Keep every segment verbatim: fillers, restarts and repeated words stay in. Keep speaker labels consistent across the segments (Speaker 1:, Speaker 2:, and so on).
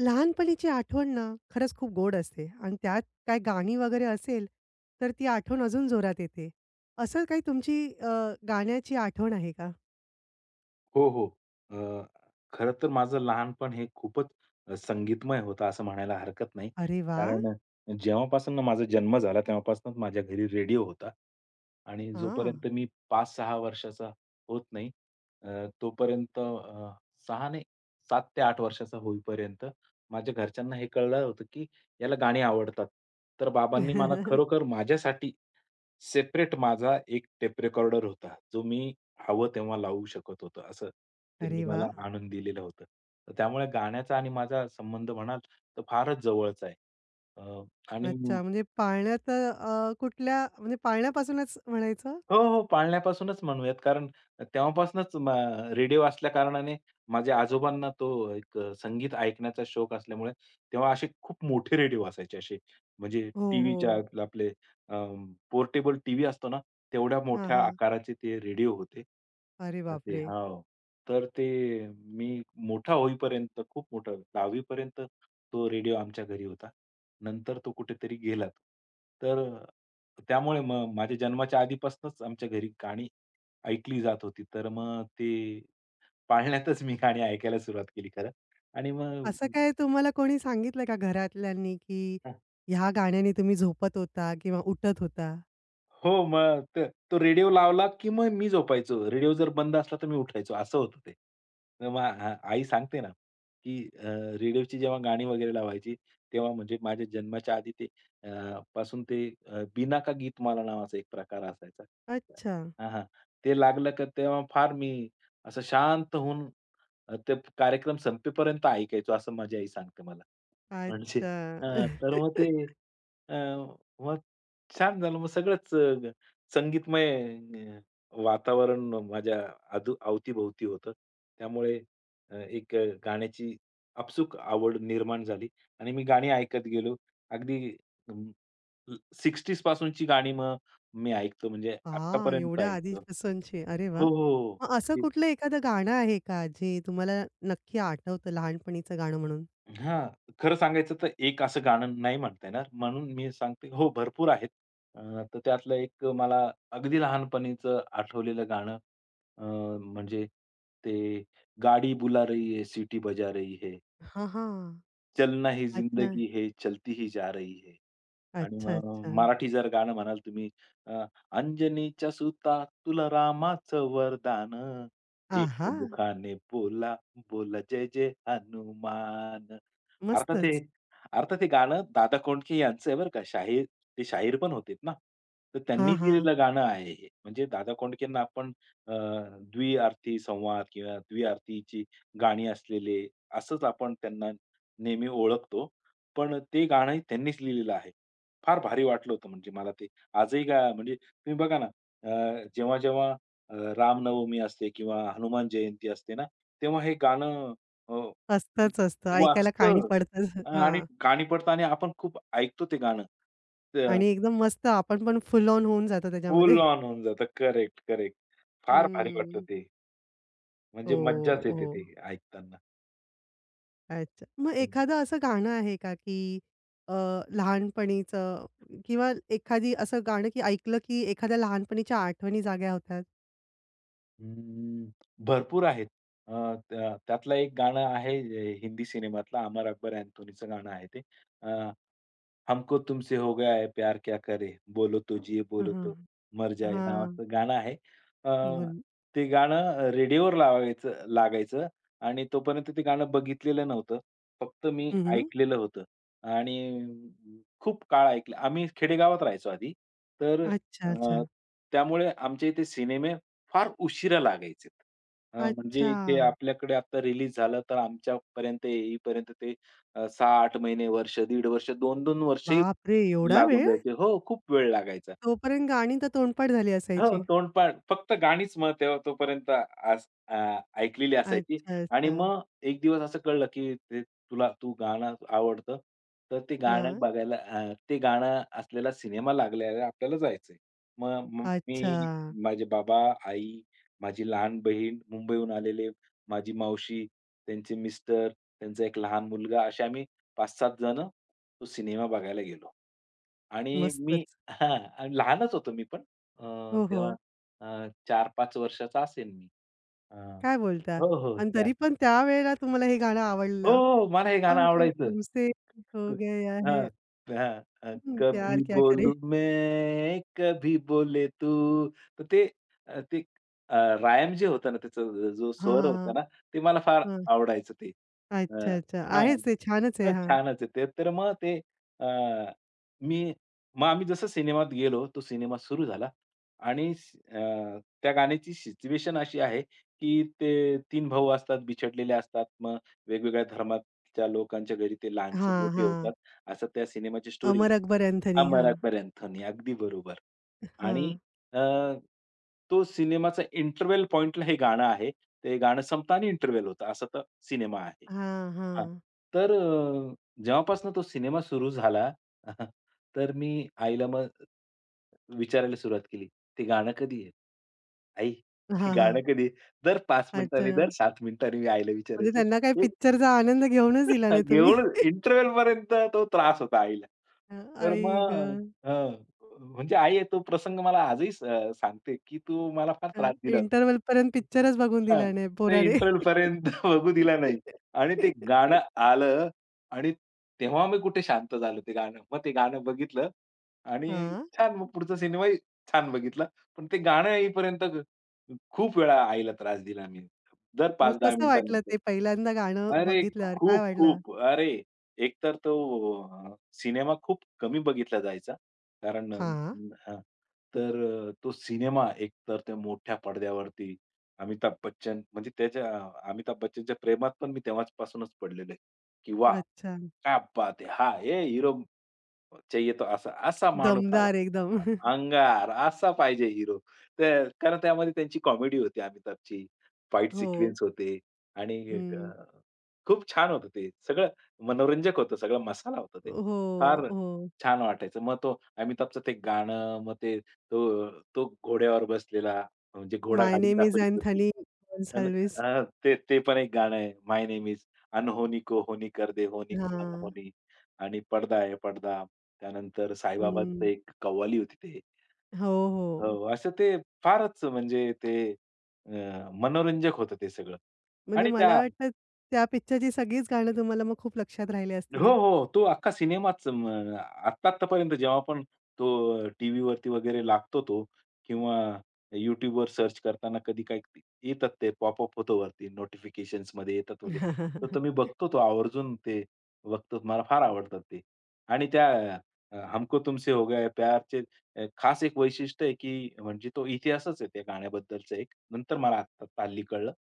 Speaker 1: लहानपणीची आठवण ना, खरंच खूप गोड असते आणि त्यात काय गाणी वगैरे असेल, तर ती आठवण अजून जोरात येते. असं काही तुमची अ, गाण्याची आठवण आहे का?
Speaker 2: हो, हो. अ, खरं तर माझं लहानपण हे खूपच अ, संगीतमय होतं असं म्हणायला हरकत नाही.
Speaker 1: अरे वा,
Speaker 2: कारण अ, जेव्हापासून माझा जन्म झाला तेव्हापासूनच माझ्या घरी रेडिओ होता. आणि
Speaker 1: हां.
Speaker 2: जोपर्यंत मी पाच सहा वर्षाचा होत नाही, अ, तोपर्यंत, अ, सहा नाही, सात ते आठ वर्षाचा होईपर्यंत माझ्या घरच्यांना हे कळलं होतं, की याला गाणी आवडतात. तर बाबांनी मला खरोखर माझ्यासाठी सेपरेट माझा एक टेप रेकॉर्डर होता, जो मी हवं तेव्हा लावू शकत होतो, असं त्यांनी
Speaker 1: अरे वा,
Speaker 2: मला आणून दिलेलं होतं. तर त्यामुळे गाण्याचा आणि माझा संबंध म्हणाल, तर फारच जवळचा आहे. अ, आणि
Speaker 1: अच्छा, म्हणजे पाळण्यात अ, कुठल्या म्हणजे पाळण्यापासूनच म्हणायचं?
Speaker 2: हो, हो. पाळण्यापासूनच म्हणूयात, कारण तेव्हापासूनच म रेडिओ असल्याकारणाने माझ्या आजोबांना तो एक, अ, संगीत ऐकण्याचा शौक असल्यामुळे तेव्हा असे खूप मोठे रेडिओ असायचे असे. म्हणजे
Speaker 1: हो,
Speaker 2: टीव्हीच्या
Speaker 1: हो.
Speaker 2: आपले पोर्टेबल टीव्ही असतो ना, तेवढ्या
Speaker 1: हां,
Speaker 2: मोठ्या
Speaker 1: हां.
Speaker 2: आकाराचे ते रेडिओ होते.
Speaker 1: अरे
Speaker 2: तर ते
Speaker 1: बापरे!
Speaker 2: हो. तर ते मी मोठा होईपर्यंत, खूप मोठा दहावी पर्यंत, तो रेडिओ आमच्या घरी होता. नंतर तो कुठेतरी गेला. तर अ, त्यामुळे मग माझ्या जन्माच्या आधीपासूनच आमच्या घरी गाणी ऐकली जात होती. तर मग ते पाळण्यातच मी गाणी ऐकायला सुरुवात केली खरं. आणि मग
Speaker 1: असं काय तुम्हाला कोणी सांगितलं का घरातल्यांनी, की ह्या गाण्याने तुम्ही झोपत होता किंवा उठत होता?
Speaker 2: हो, मग त तो रेडिओ लावला की मग मी झोपायचो. रेडिओ जर बंद असला तर मी उठायचो, असं होतं ते. तर मग आ आई सांगते ना, की अ, रेडिओची जेव्हा गाणी वगैरे लावायची तेव्हा, म्हणजे माझ्या जन्माच्या आधी ते अ, पासून ते, अ, बिना का गीतमाला नावाचा एक प्रकार असायचा.
Speaker 1: अच्छा,
Speaker 2: हां, हां. ते लागलं का तेव्हा फार मी असं शांत होऊन, अ, ते कार्यक्रम संपेपर्यंत ऐकायचो असं माझी आई सांगते मला. म्हणजे
Speaker 1: अच्छा.
Speaker 2: हां, तर मग ते, अ, मग छान झालं. मग सगळंच अ, संगीतमय अ, वातावरण माझ्या आदू अवतीभोवती होतं. त्यामुळे अ, एक अ, गाण्याची आपसूक आवड निर्माण झाली आणि मी गाणी ऐकत गेलो. अगदी अं, सिक्स्टीज पासूनची गाणी मग मी ऐकतो, म्हणजे
Speaker 1: हां,
Speaker 2: आत्तापर्यंत
Speaker 1: एवढ्या
Speaker 2: ऐकतो.
Speaker 1: आधीपासूनचे. अरे वा,
Speaker 2: हो, हो,
Speaker 1: मग असं
Speaker 2: हो.
Speaker 1: कुठलं एखादं गाणं आहे का, जे तुम्हाला नक्की आठवतं लहानपणीचं गाणं म्हणून?
Speaker 2: हां, खरं सांगायचं तर एक असं गाणं नाही म्हणता येणार. म्हणून मी सांगते हो, भरपूर आहेत. अ, तर त्यातलं एक मला अगदी लहानपणीचं आठवलेलं गाणं, अ, म्हणजे ते गाडी बुला रही है, सिटी बजा रही है,
Speaker 1: हां, हां.
Speaker 2: चलना ही
Speaker 1: अच्छा.
Speaker 2: जिंदगी है, चलती ही जा रही है. आणि
Speaker 1: अच्छा,
Speaker 2: मग
Speaker 1: अच्छा.
Speaker 2: मराठी जर गाणं म्हणाल तुम्ही, अ, अंजनीच्या सुता तुला रामाचं वरदान, एक
Speaker 1: आहा!
Speaker 2: मुखाने बोला, बोला जय जय हनुमान. अर्थात हे
Speaker 1: मस्तच.
Speaker 2: अर्थात हे गाणं दादा कोंडके यांचं आहे बरं का. शाहीर ते शाहीर पण होतेत ना. तर
Speaker 1: हां,
Speaker 2: त्यांनी
Speaker 1: हां.
Speaker 2: लिहिलेलं गाणं आहे हे. म्हणजे दादा कोंडकेंना आपण अ, द्विअर्थी संवाद किंवा द्विअर्थीची गाणी असलेले, असंच आपण त्यांना नेहमी ओळखतो. पण ते गाणंही त्यांनीच लिहिलेलं आहे. फार भारी वाटलं होतं म्हणजे मला ते. आजही गा म्हणजे तुम्ही बघा ना, अ, जेव्हा-जेव्हा अ, रामनवमी असते किंवा हनुमान जयंती असते ना, तेव्हा हे गाणं अ,
Speaker 1: असतंच असतं. ऐकायला काणी
Speaker 2: वाजतं.
Speaker 1: पडतंच.
Speaker 2: अ, आणि
Speaker 1: हां.
Speaker 2: गाणी पडताना आपण खूप ऐकतो ते गाणं. तर
Speaker 1: आणि एकदम मस्त आपण पण फुल ऑन होऊन जातो त्याच्यामध्ये.
Speaker 2: फुल ऑन होऊन जातं. Correct, correct. फार भारी वाटतं
Speaker 1: हं.
Speaker 2: ते.
Speaker 1: हो,
Speaker 2: म्हणजे मज्जाच येते
Speaker 1: हो.
Speaker 2: ते ऐकताना.
Speaker 1: अच्छा. मग एखादं असं गाणं आहे का, की अ, लहानपणीचं किंवा एखादी असं गाणं, की ऐकलं की एखाद्या लहानपणीच्या आठवणी जाग्या होतात?
Speaker 2: अं, भरपूर आहेत. अ, त्या त्यातलं एक गाणं आहे, अ, हिंदी सिनेमातलं अमर अकबर अँथोनीचं गाणं आहे ते. हमको तुमसे हो गया है प्यार क्या करे, बोलो तो जिये
Speaker 1: हां,
Speaker 2: बोलो
Speaker 1: हां.
Speaker 2: तो मर जाए नावाचं गाणं आहे. अ,
Speaker 1: बोल.
Speaker 2: ते गाणं रेडिओवर लावायचं लागायचं आणि तोपर्यंत ते गाणं बघितलेलं नव्हतं. फक्त मी
Speaker 1: हं, हं.
Speaker 2: ऐकलेलं होतं आणि खूप काळ ऐकलं. आम्ही खेडेगावात राहायचो आधी. तर
Speaker 1: अच्छा,
Speaker 2: अ,
Speaker 1: अच्छा.
Speaker 2: त्यामुळे आमच्या इथे सिनेमे फार उशिरा लागायचे. अ, म्हणजे
Speaker 1: अच्छा.
Speaker 2: ते आपल्याकडे आता रिलीज झालं तर आमच्यापर्यंत येईपर्यंत ते अ, सहा ते आठ महिने, वर्ष, दीड वर्ष, दोन दोन वर्षही
Speaker 1: बापरे! एवढा
Speaker 2: लागून
Speaker 1: वेळ?
Speaker 2: जायचे. हो, खूप वेळ लागायचा.
Speaker 1: तोपर्यंत गाणी तर तोंडपाठ झाली
Speaker 2: हो,
Speaker 1: असायची.
Speaker 2: तोंडपाठ. फक्त गाणीच मग तेव्हा तोपर्यंत अस अ, ऐकलेली असायची
Speaker 1: अच्छा,
Speaker 2: आणि
Speaker 1: अच्छा.
Speaker 2: मग एक दिवस असं कळलं, की ते तुला तू गाणं आवडतं, तर ते गाणं
Speaker 1: हां.
Speaker 2: बघायला, अ, ते गाणं असलेला सिनेमा लागल्यावर आपल्याला जायचंय. मग मग
Speaker 1: अच्छा.
Speaker 2: मी, माझे बाबा, आई, माझी लहान बहीण, मुंबईहून आलेले, माझी मावशी, त्यांचे मिस्टर, त्यांचा एक लहान मुलगा, असे आम्ही पाच सात जण तो सिनेमा बघायला गेलो. आणि मी,
Speaker 1: मस्तच.
Speaker 2: हां, लहानच होतो मी पण. अ,
Speaker 1: हो, हो.
Speaker 2: तेव्हा अ, चार पाच वर्षाचा असेन मी. अ,
Speaker 1: काय बोलता?
Speaker 2: हो, हो.
Speaker 1: आणि तरी पण त्यावेळेला तुम्हाला हे गाणं
Speaker 2: हो,
Speaker 1: आवडलं.
Speaker 2: हो. मला हे गाणं
Speaker 1: "हमको
Speaker 2: आवडायचं.
Speaker 1: तुमसे हो
Speaker 2: क
Speaker 1: गया है."
Speaker 2: हां. हां, हां.
Speaker 1: हं,
Speaker 2: कभी
Speaker 1: प्यार क्या करे.
Speaker 2: बोलू मैं, कभी बोले तू. तर ते, अ, ते अ, रायम जे होतं ना, त्याचा जो
Speaker 1: हां,
Speaker 2: स्वर
Speaker 1: हां,
Speaker 2: होता
Speaker 1: हां,
Speaker 2: ना, ते मला फार
Speaker 1: हां.
Speaker 2: आवडायचं ते. अ,
Speaker 1: अच्छा, अच्छा.
Speaker 2: हां.
Speaker 1: आहेच ते छानच आहे.
Speaker 2: तर
Speaker 1: हां.
Speaker 2: छानच आहे ते. तर मग ते, अ, मी मग आम्ही जसं सिनेमात गेलो, तो सिनेमा सुरू झाला आणि स अ, त्या गाण्याची सिच्युएशन अशी आहे, की ते तीन भाऊ असतात, बिछडलेले असतात. मग वेगवेगळ्या धर्माच्या लोकांच्या घरी ते लहानचे
Speaker 1: हां,
Speaker 2: मोठे होतात.
Speaker 1: हां.
Speaker 2: असं त्या सिनेमाची स्टोरी.
Speaker 1: अमर अकबर अँथोनी. हां,
Speaker 2: अमराकबर अँथोनी, अगदी बरोबर. आणि
Speaker 1: हां,
Speaker 2: अ, तो सिनेमाचा इंटरवल पॉइंटला हे गाणं आहे. ते गाणं संपतं आणि इंटरवल होतं. असा तो सिनेमा आहे.
Speaker 1: हां, हां.
Speaker 2: हां. तर अ, जेव्हापासून तो सिनेमा सुरू झाला, तर मी आईला मग विचारायला सुरुवात केली, "ते गाणं कधी आहे? आई, ते
Speaker 1: हां, हां.
Speaker 2: गाणं कधी आहे?" दर पाच
Speaker 1: अच्छा.
Speaker 2: मिनिटांनी, दर सात मिनिटांनी मी आईला
Speaker 1: म्हणजे
Speaker 2: विचारायचो,
Speaker 1: त्यांना काही
Speaker 2: ते
Speaker 1: पिक्चरचा आनंद घेऊनच दिला नाही तुम्ही.
Speaker 2: घेऊन इंटरव्हलपर्यंत तो त्रास होता आईला.
Speaker 1: अ,
Speaker 2: तर
Speaker 1: आई
Speaker 2: मग
Speaker 1: गं!
Speaker 2: हं, म्हणजे आई तो प्रसंग मला आजही, अ, सांगते, की "तू मला फार
Speaker 1: अ,
Speaker 2: त्रास दिला
Speaker 1: इंटरव्हलपर्यंत
Speaker 2: होता."
Speaker 1: पिक्चरच बघून
Speaker 2: हां,
Speaker 1: दिला नाही
Speaker 2: तर
Speaker 1: पोराने.
Speaker 2: इंटरव्हलपर्यंत बघू दिला नाही आणि ते गाणं आलं आणि तेव्हा मी कुठे शांत झालो ते गाणं. मग ते गाणं बघितलं आणि
Speaker 1: हां.
Speaker 2: छान, मग पुढचा सिनेमाही छान बघितला. पण ते गाणं येईपर्यंत खूप वेळा आईला त्रास दिला मी. दर
Speaker 1: मग
Speaker 2: पाच दहा
Speaker 1: कसं वाटलं
Speaker 2: मिनिटानंतर.
Speaker 1: ते पहिल्यांदा गाणं
Speaker 2: अरे
Speaker 1: बघितल्यावर काय
Speaker 2: खूप,
Speaker 1: वाटलं?
Speaker 2: खूप. अरे, एकतर तो अ, सिनेमा खूप कमी बघितला जायचा. कारण अ,
Speaker 1: हां.
Speaker 2: हां, तर अ, तो सिनेमा एकतर त्या मोठ्या पडद्यावरती अमिताभ बच्चन, म्हणजे त्याच्या, अमिताभ बच्चनच्या प्रेमात पण मी तेव्हाच पासूनच पडलेलो आहे, की वाह!
Speaker 1: अच्छा.
Speaker 2: क्या बात है! हां, ये हिरो चाहिये. तो असा, असा माणूस हवा.
Speaker 1: दमदार एकदम.
Speaker 2: अंगार असा पाहिजे हीरो. तर कारण त्यामध्ये त्यांची कॉमेडी होती अमिताभची. फाईट
Speaker 1: हो.
Speaker 2: सिक्वेन्स होते आणि एक, अ,
Speaker 1: हं.
Speaker 2: खूप छान होतं ते. सगळं मनोरंजक होतं. सगळा मसाला होता ते.
Speaker 1: हो,
Speaker 2: फार
Speaker 1: हो.
Speaker 2: छान वाटायचं. मग तो अमिताभचं ते गाणं, मग ते तो तो घोड्यावर बसलेला, म्हणजे
Speaker 1: माय
Speaker 2: घोडागाडी
Speaker 1: नेम इज
Speaker 2: दाखवली होती.
Speaker 1: अँथनी
Speaker 2: अन्
Speaker 1: गोन्साल्विस.
Speaker 2: अ, ते ते पण एक गाणं आहे. माय नेम इज अनहोनी को होनी कर दे होनी को
Speaker 1: हां.
Speaker 2: अनहोनी. आणि पडदा आहे पडदा. त्यानंतर साईबाबांचं
Speaker 1: हं.
Speaker 2: एक कव्वाली होती ते.
Speaker 1: हो, हो.
Speaker 2: हो, असं ते फारच, म्हणजे ते अ, मनोरंजक होतं ते सगळं.
Speaker 1: म्हणजे
Speaker 2: आणि त्या
Speaker 1: मला वाटतं त्या पिक्चरची सगळीच गाणं तुम्हाला मग खूप लक्षात राहिले
Speaker 2: हो,
Speaker 1: असतील.
Speaker 2: हो. तो अख्खा सिनेमाच, म आत्ता-आत्तापर्यंत जेव्हा पण तो, अ, टीव्हीवरती वगैरे लागतो तो किंवा YouTubeवर सर्च करताना कधी काही येतात ते, पॉपअप होतो वरती, नोटिफिकेशन्समध्ये येतात वगैरे. तर तो मी बघतो, तो आवर्जून ते बघतो. मला फार आवडतात ते. आणि त्या अ, हमको तुमसे हो गया है प्यारचे अ, खास एक वैशिष्ट्य आहे, की म्हणजे तो इतिहासच आहे त्या गाण्याबद्दलचा एक. नंतर मला आत्ता हल्ली कळलं,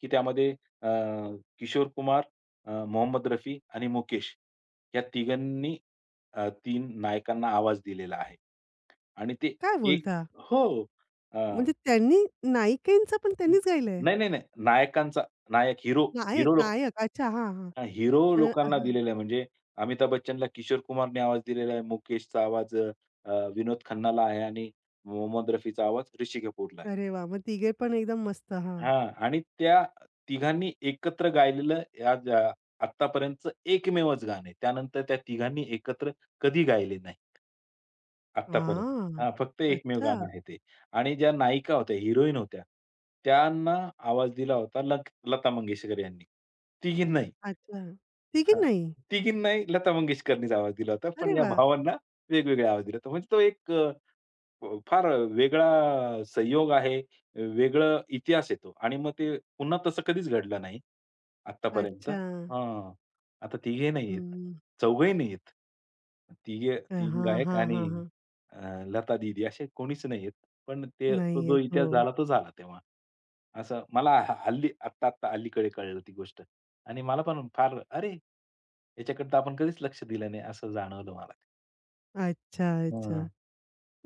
Speaker 2: की त्यामध्ये अ, किशोर कुमार, अ, मोहम्मद रफी आणि मुकेश या तिघांनी अ, तीन नायकांना आवाज दिलेला आहे. आणि ते
Speaker 1: काय
Speaker 2: एक,
Speaker 1: बोलता?
Speaker 2: हो. अ,
Speaker 1: म्हणजे त्यांनी नायिकेंचं पण त्यांनीच गायलंय?
Speaker 2: नाही, नाही, नाही. नायकांचा नायक, हिरो.
Speaker 1: नायक,
Speaker 2: हिरो लोक
Speaker 1: नायक. अच्छा. हां, हां.
Speaker 2: अ, हिरो
Speaker 1: मला
Speaker 2: लोकांना दिलेला आहे. म्हणजे अमिताभ बच्चनला किशोर कुमारने आवाज दिलेला आहे. मुकेशचा आवाज अ, विनोद खन्नाला आहे आणि मोहम्मद रफीचा आवाज ऋषी कपूरला आहे.
Speaker 1: अरे वाह! मग तिघे पण एकदम मस्त. हां.
Speaker 2: हां. आणि त्या तिघांनी एकत्र गायलेलं आज, अ, आत्तापर्यंतचं एकमेवच गाणं आहे. त्यानंतर त्या तिघांनी एकत्र कधी गायले नाही आत्तापर्यंत.
Speaker 1: हां.
Speaker 2: हां, फक्त एकमेव
Speaker 1: अच्छा,
Speaker 2: गाणं आहे ते. आणि ज्या नायिका होत्या, हिरोईन होत्या, त्यांना आवाज दिला होता लक लता मंगेशकर यांनी. तिघींनाही.
Speaker 1: अच्छा. तिघी
Speaker 2: हां.
Speaker 1: नाही?
Speaker 2: तिघींनाही लता मंगेशकरनीच आवाज दिला होता. पण
Speaker 1: अरे
Speaker 2: या
Speaker 1: वाह!
Speaker 2: भावांना वेगवेगळा आवाज दिला होता. म्हणजे तो एक, अ फ- फार वेगळा संयोग आहे, वेगळं इतिहास येतो आणि मग ते पुन्हा तसं कधीच घडलं नाही आत्तापर्यंत.
Speaker 1: अच्छा.
Speaker 2: हां. आता तिघे नाहीयेत,
Speaker 1: हं.
Speaker 2: चौघही नाहीयेत. तिघे
Speaker 1: हां,
Speaker 2: तीन
Speaker 1: हां,
Speaker 2: गायक
Speaker 1: हां,
Speaker 2: आणि
Speaker 1: हां.
Speaker 2: अ, लता दीदी, असे कोणीच नाहीयेत. पण ते तो
Speaker 1: नाही
Speaker 2: जो
Speaker 1: आहेत. हो.
Speaker 2: इतिहास झाला तो झाला तेव्हा. असं मला ह हल्ली आत्ता-आत्ता अलीकडे कळलं ती गोष्ट आणि मला पण फार, अरे! याच्याकडे तर आपण कधीच लक्ष दिलं नाही असं जाणवलं मला.
Speaker 1: अच्छा, अच्छा.
Speaker 2: हां.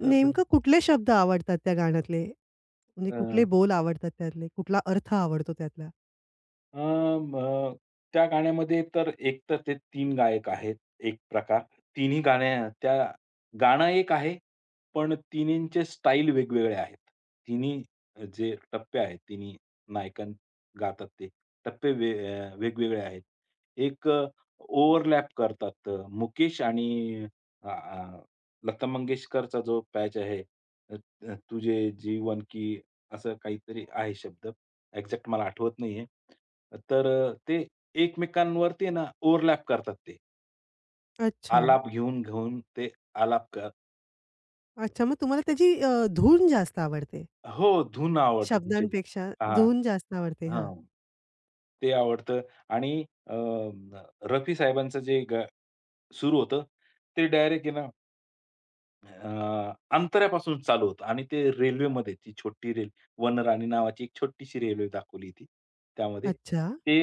Speaker 2: तर
Speaker 1: नेमकं कुठले शब्द आवडतात त्या गाण्यातले? म्हणजे कुठले बोल आवडतात त्यातले? कुठला अर्थ आवडतो त्यातला?
Speaker 2: अ, म त्या गाण्यामध्ये तर एक तर ते तीन गायक आहेत, एक प्रकार. तिन्ही गाण्या त्या गाणं एक आहे, पण तिन्हींचे स्टाईल वेगवेगळे आहेत. तिन्ही जे टप्पे आहेत, तिन्ही नायकन गातात ते टप्पे वे अ, वेगवेगळे आहेत. एक, अ, ओव्हरलॅप करतात. अ, मुकेश आणि अ, अ, लता मंगेशकरचा जो पॅच आहे, अ, तुझे जीवन की, असं काहीतरी आहे शब्द. एक्झॅक्ट मला आठवत नाहीये. तर अ, ते एकमेकांवरती ना ओव्हरलॅप करतात ते.
Speaker 1: अच्छा.
Speaker 2: आलाप घेऊन, घेऊन ते आलाप कर
Speaker 1: अच्छा. मग तुम्हाला त्याची अ, धून जास्त आवडते.
Speaker 2: हो, धून आवडते तिची.
Speaker 1: शब्दांपेक्षा
Speaker 2: हां,
Speaker 1: धून जास्त आवडते. हां.
Speaker 2: हां. ते आवडतं आणि अ, रफी साहेबांचं जे ग सुरू होतं, ते डायरेक्ट आहे, अ, अंतऱ्यापासून चालू होतं आणि ते रेल्वेमध्ये ती छोटी रेल वनराणी नावाची एक छोटीशी रेल्वे दाखवली होती. त्यामध्ये
Speaker 1: अच्छा.
Speaker 2: ते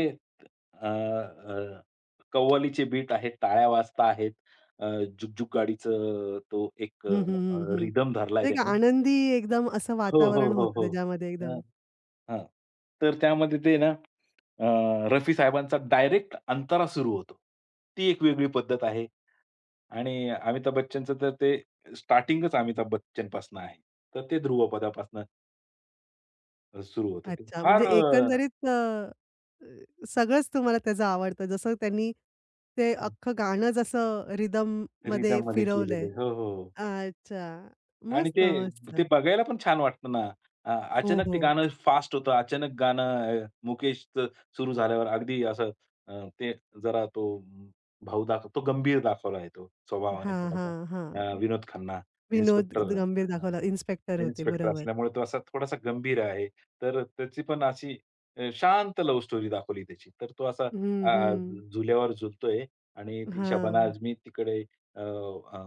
Speaker 2: अ, अ, कव्वालीचे बीट आहेत, टाळ्या वाजता आहेत. अ, जुगजुग गाडीचं तो एक अ,
Speaker 1: हं, हं, हं, हं.
Speaker 2: रिदम धरलाय
Speaker 1: एक
Speaker 2: त्यांनी.
Speaker 1: आनंदी एकदम असं
Speaker 2: हो, हो,
Speaker 1: वातावरण
Speaker 2: हो,
Speaker 1: होतं
Speaker 2: हो.
Speaker 1: त्याच्यामध्ये
Speaker 2: हं,
Speaker 1: एकदम.
Speaker 2: हां. तर त्यामध्ये ते ना, अ, रफी साहेबांचा डायरेक्ट अंतारा सुरू होतो. ती एक वेगळी पद्धत आहे. आणि अमिताभ बच्चनचं तर ते स्टार्टिंगच अमिताभ बच्चनपासून आहे. तर ते ध्रुवपदापासून अ, सुरू होतं ते.
Speaker 1: अच्छा, म्हणजे
Speaker 2: फार अ,
Speaker 1: एकंदरीत अ, अ, सगळंच तुम्हाला त्याचं आवडतं. जसं त्यांनी ते अख्खं गाणं जसं रिदममध्ये
Speaker 2: रिदममध्ये
Speaker 1: फिरवलंय.
Speaker 2: केलेले. हो, हो. हो.
Speaker 1: अच्छा.
Speaker 2: आणि
Speaker 1: मस्त,
Speaker 2: ते,
Speaker 1: मस्त.
Speaker 2: ते बघायला पण छान वाटतं ना. अ,
Speaker 1: हो,
Speaker 2: अचानक ते
Speaker 1: हो.
Speaker 2: गाणं फास्ट होतं. अचानक गाणं अ, मुकेशचं सुरू झाल्यावर अगदी असं, अ, ते जरा तो भाऊ दाखव तो गंभीर दाखवला आहे तो स्वभावाने
Speaker 1: हां,
Speaker 2: थोडासा.
Speaker 1: हां,
Speaker 2: अ,
Speaker 1: हां.
Speaker 2: विनोद खन्ना,
Speaker 1: विनोद
Speaker 2: इन्स्पेक्टर
Speaker 1: गंभीर दाखवला. इन्स्पेक्टर होते.
Speaker 2: इन्स्पेक्टर
Speaker 1: बरोबर.
Speaker 2: असल्यामुळे तो असा थोडासा गंभीर आहे. तर त्याची पण अशी अ, शांत लव्ह स्टोरी दाखवली त्याची. तर तो असा
Speaker 1: हं,
Speaker 2: अ,
Speaker 1: हं.
Speaker 2: झुल्यावर झुलतोय आणि ती शबाना
Speaker 1: हां.
Speaker 2: आझमी तिकडे अ, अ,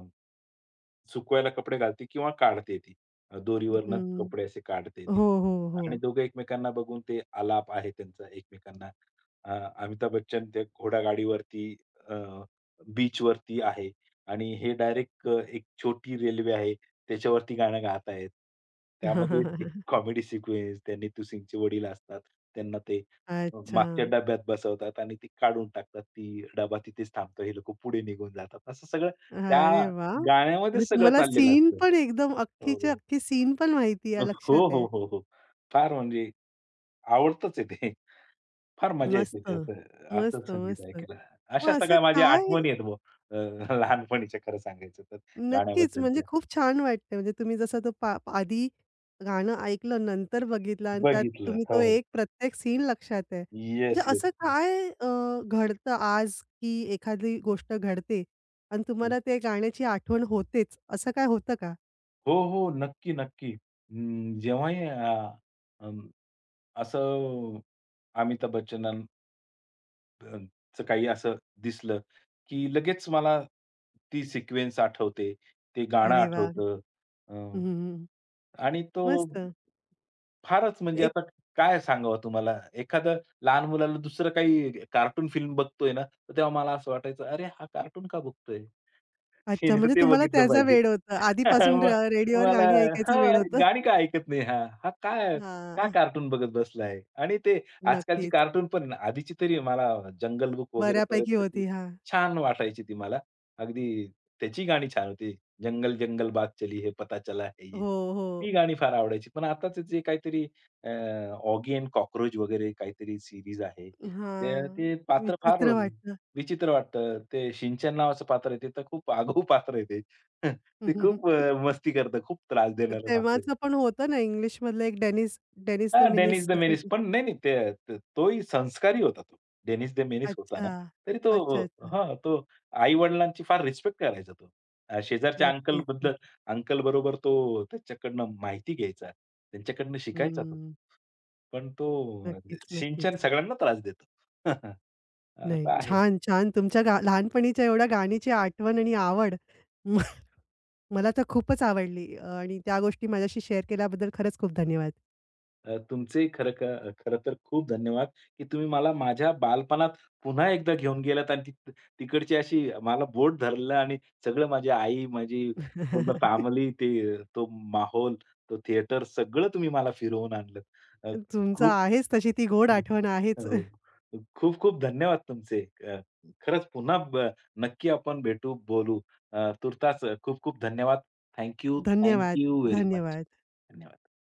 Speaker 2: सुकवायला कपडे घालते किंवा काढते ती. अ, दोरीवरनं
Speaker 1: हं.
Speaker 2: कपडे असे काढते ती.
Speaker 1: हो, हो, हो.
Speaker 2: आणि दोघं एकमेकांना बघून ते आलाप आहे त्यांचा एकमेकांना. अ, अमिताभ बच्चन त्या घोडागाडीवरती अ, बीचवरती आहे आणि हे डायरेक्ट एक छोटी रेल्वे आहे. त्याच्यावरती गाणं गात आहेत. त्यामध्ये एक कॉमेडी सिक्वेन्स त्यांनी तुसिंगचे वडील असतात. त्यांना ते अ,
Speaker 1: अच्छा.
Speaker 2: मागच्या डब्यात बसवतात आणि ती काढून टाकतात. ती डबा तिथेच थांबतो. हे लोकं पुढे निघून जातात. असं सगळं त्या
Speaker 1: अरे वाह! म्हणजे
Speaker 2: गाण्यामध्येच सगळं
Speaker 1: तुम्हाला
Speaker 2: चाललेलं
Speaker 1: सीन
Speaker 2: असतं.
Speaker 1: पण एकदम
Speaker 2: हो,
Speaker 1: अख्खीच्या
Speaker 2: हो.
Speaker 1: अख्खी सीन पण माहिती आहे,
Speaker 2: हो,
Speaker 1: लक्षात
Speaker 2: हो,
Speaker 1: आहे.
Speaker 2: हो, हो. फार, म्हणजे आवडतंच आहे ते. फार मजा
Speaker 1: मस्त.
Speaker 2: येते त्याचं
Speaker 1: मस्त,
Speaker 2: असं संगीत
Speaker 1: मस्त.
Speaker 2: ऐकायला.
Speaker 1: मग
Speaker 2: अशा
Speaker 1: असं
Speaker 2: सगळ्या माझ्या
Speaker 1: काय
Speaker 2: आठवणी आहेत बुवा अ, लहानपणीच्या, खरं सांगायचं तर
Speaker 1: नक्कीच म्हणजे
Speaker 2: गाण्याबद्दलच्या.
Speaker 1: खूप छान वाटतंय म्हणजे तुम्ही जसं तो पा आधी गाणं ऐकलं, नंतर बघितलं आणि त्यात
Speaker 2: बघितलं.
Speaker 1: तुम्ही
Speaker 2: हो,
Speaker 1: तो
Speaker 2: हो.
Speaker 1: एक प्रत्येक सीन लक्षात आहे.
Speaker 2: येस,
Speaker 1: म्हणजे
Speaker 2: येस.
Speaker 1: असं
Speaker 2: हं.
Speaker 1: काय अ, घडतं आज, की एखादी गोष्ट घडते आणि तुम्हाला ते गाण्याची आठवण होतेच, असं काय होतं का?
Speaker 2: हो, हो. नक्की, नक्की. अं, जेव्हाही अ, अं, असं अमिताभ बच्चनांचं काही असं दिसलं, की लगेच मला ती सिक्वेन्स आठवते, ते गाणं
Speaker 1: अरे वाह!
Speaker 2: आठवतं. अ,
Speaker 1: हं,
Speaker 2: आणि तो
Speaker 1: मस्त.
Speaker 2: फारच, म्हणजे
Speaker 1: एक
Speaker 2: आता काय सांगावं तुम्हाला? एखादं लहान मुलाला दुसरं काही कार्टून फिल्म बघतोय ना, तर तेव्हा मला असं वाटायचं, "अरे, हा कार्टून का बघतोय?
Speaker 1: अच्छा
Speaker 2: हिने
Speaker 1: म्हणजे
Speaker 2: ते
Speaker 1: तुम्हाला
Speaker 2: बघितलं
Speaker 1: त्याचा
Speaker 2: पाहिजे."
Speaker 1: वेड होतं. आधीपासून
Speaker 2: म
Speaker 1: र रेडिओवर
Speaker 2: मला,
Speaker 1: गाणी
Speaker 2: हां,
Speaker 1: ऐकायचं वेड
Speaker 2: अरे
Speaker 1: होतं.
Speaker 2: गाणी का ऐकत नाही हा? हा काय का
Speaker 1: हां,
Speaker 2: कार्टून बघत बसलाय? आणि ते आजकालची
Speaker 1: नक्कीच.
Speaker 2: कार्टून पण आहे ना, आधीची तरी मला जंगल बुक
Speaker 1: बऱ्यापैकी
Speaker 2: वगैरेपर्यंतची
Speaker 1: होती. हां.
Speaker 2: छान वाटायची ती मला. अगदी त्याची गाणी छान होती. जंगल जंगल बात चली है, पता चला है ये.
Speaker 1: हो, हो.
Speaker 2: ती गाणी फार आवडायची. पण आताच जे काहीतरी ऑगी अँड कॉकरोच वगैरे काहीतरी सीरीज आहे. ते,
Speaker 1: हां.
Speaker 2: ते पात्र फार
Speaker 1: विचित्र वाटलं.
Speaker 2: विचित्र वाटतं. ते शिनचॅन नावाचं पात्र आहे, ते तर खूप आगाऊ पात्र आहे ते. ते खूप अ, मस्ती करतं, खूप त्रास देणारं पात्र आहे.
Speaker 1: तेव्हाचं पण होतं ना इंग्लिशमधलं एक डेनिस डेनिस द
Speaker 2: हां,
Speaker 1: मिनिस
Speaker 2: डेनिस द
Speaker 1: असं
Speaker 2: मेनिस
Speaker 1: काहीतरी.
Speaker 2: पण नाही, नाही ते त तोही संस्कारी होता तो. डेनिस द मेनिस होता ना,
Speaker 1: अच्छा.
Speaker 2: तरी
Speaker 1: अच्छा,
Speaker 2: तो
Speaker 1: अच्छा.
Speaker 2: हां, तो आई-वडिलांची फार रिस्पेक्ट करायचा तो. अ, शेजारच्या
Speaker 1: नक्कीच,
Speaker 2: अंकलबद्दल,
Speaker 1: नक्कीच.
Speaker 2: अंकल बरोबर तो त्याच्याकडनं माहिती घ्यायचा, त्यांच्याकडनं शिकायचा तो.
Speaker 1: हं.
Speaker 2: पण तो
Speaker 1: नक्कीच,
Speaker 2: शिनचॅन
Speaker 1: नक्कीच.
Speaker 2: सगळ्यांना त्रास देतो. असं
Speaker 1: नाही,
Speaker 2: आहे.
Speaker 1: छान, छान. तुमच्या गा लहानपणीच्या एवढ्या गाणीची आठवण आणि आवड मला तर खूपच आवडली आणि त्या गोष्टी माझ्याशी शेअर केल्याबद्दल खरंच खूप धन्यवाद.
Speaker 2: अ, तुमचे खरं का खरं तर खूप धन्यवाद, की तुम्ही मला माझ्या बालपणात पुन्हा एकदा घेऊन गेलात आणि ती तिकडची अशी मला बोट धरलं आणि सगळं माझी आई, माझी पूर्ण फॅमिली, ते तो माहोल, तो थिएटर सगळं तुम्ही मला फिरवून आणलंत. अ,
Speaker 1: तुमचं
Speaker 2: खूप
Speaker 1: आहेच तशी ती गोड आठवण आहेच.
Speaker 2: हो. खूप-खूप धन्यवाद तुमचे. अ, खरंच पुन्हा ब नक्की आपण भेटू, बोलू. अ, तुर्तास खूप-खूप धन्यवाद. थँक यू
Speaker 1: धन्यवाद,
Speaker 2: व्हेरी मच.
Speaker 1: धन्यवाद.
Speaker 2: धन्यवाद.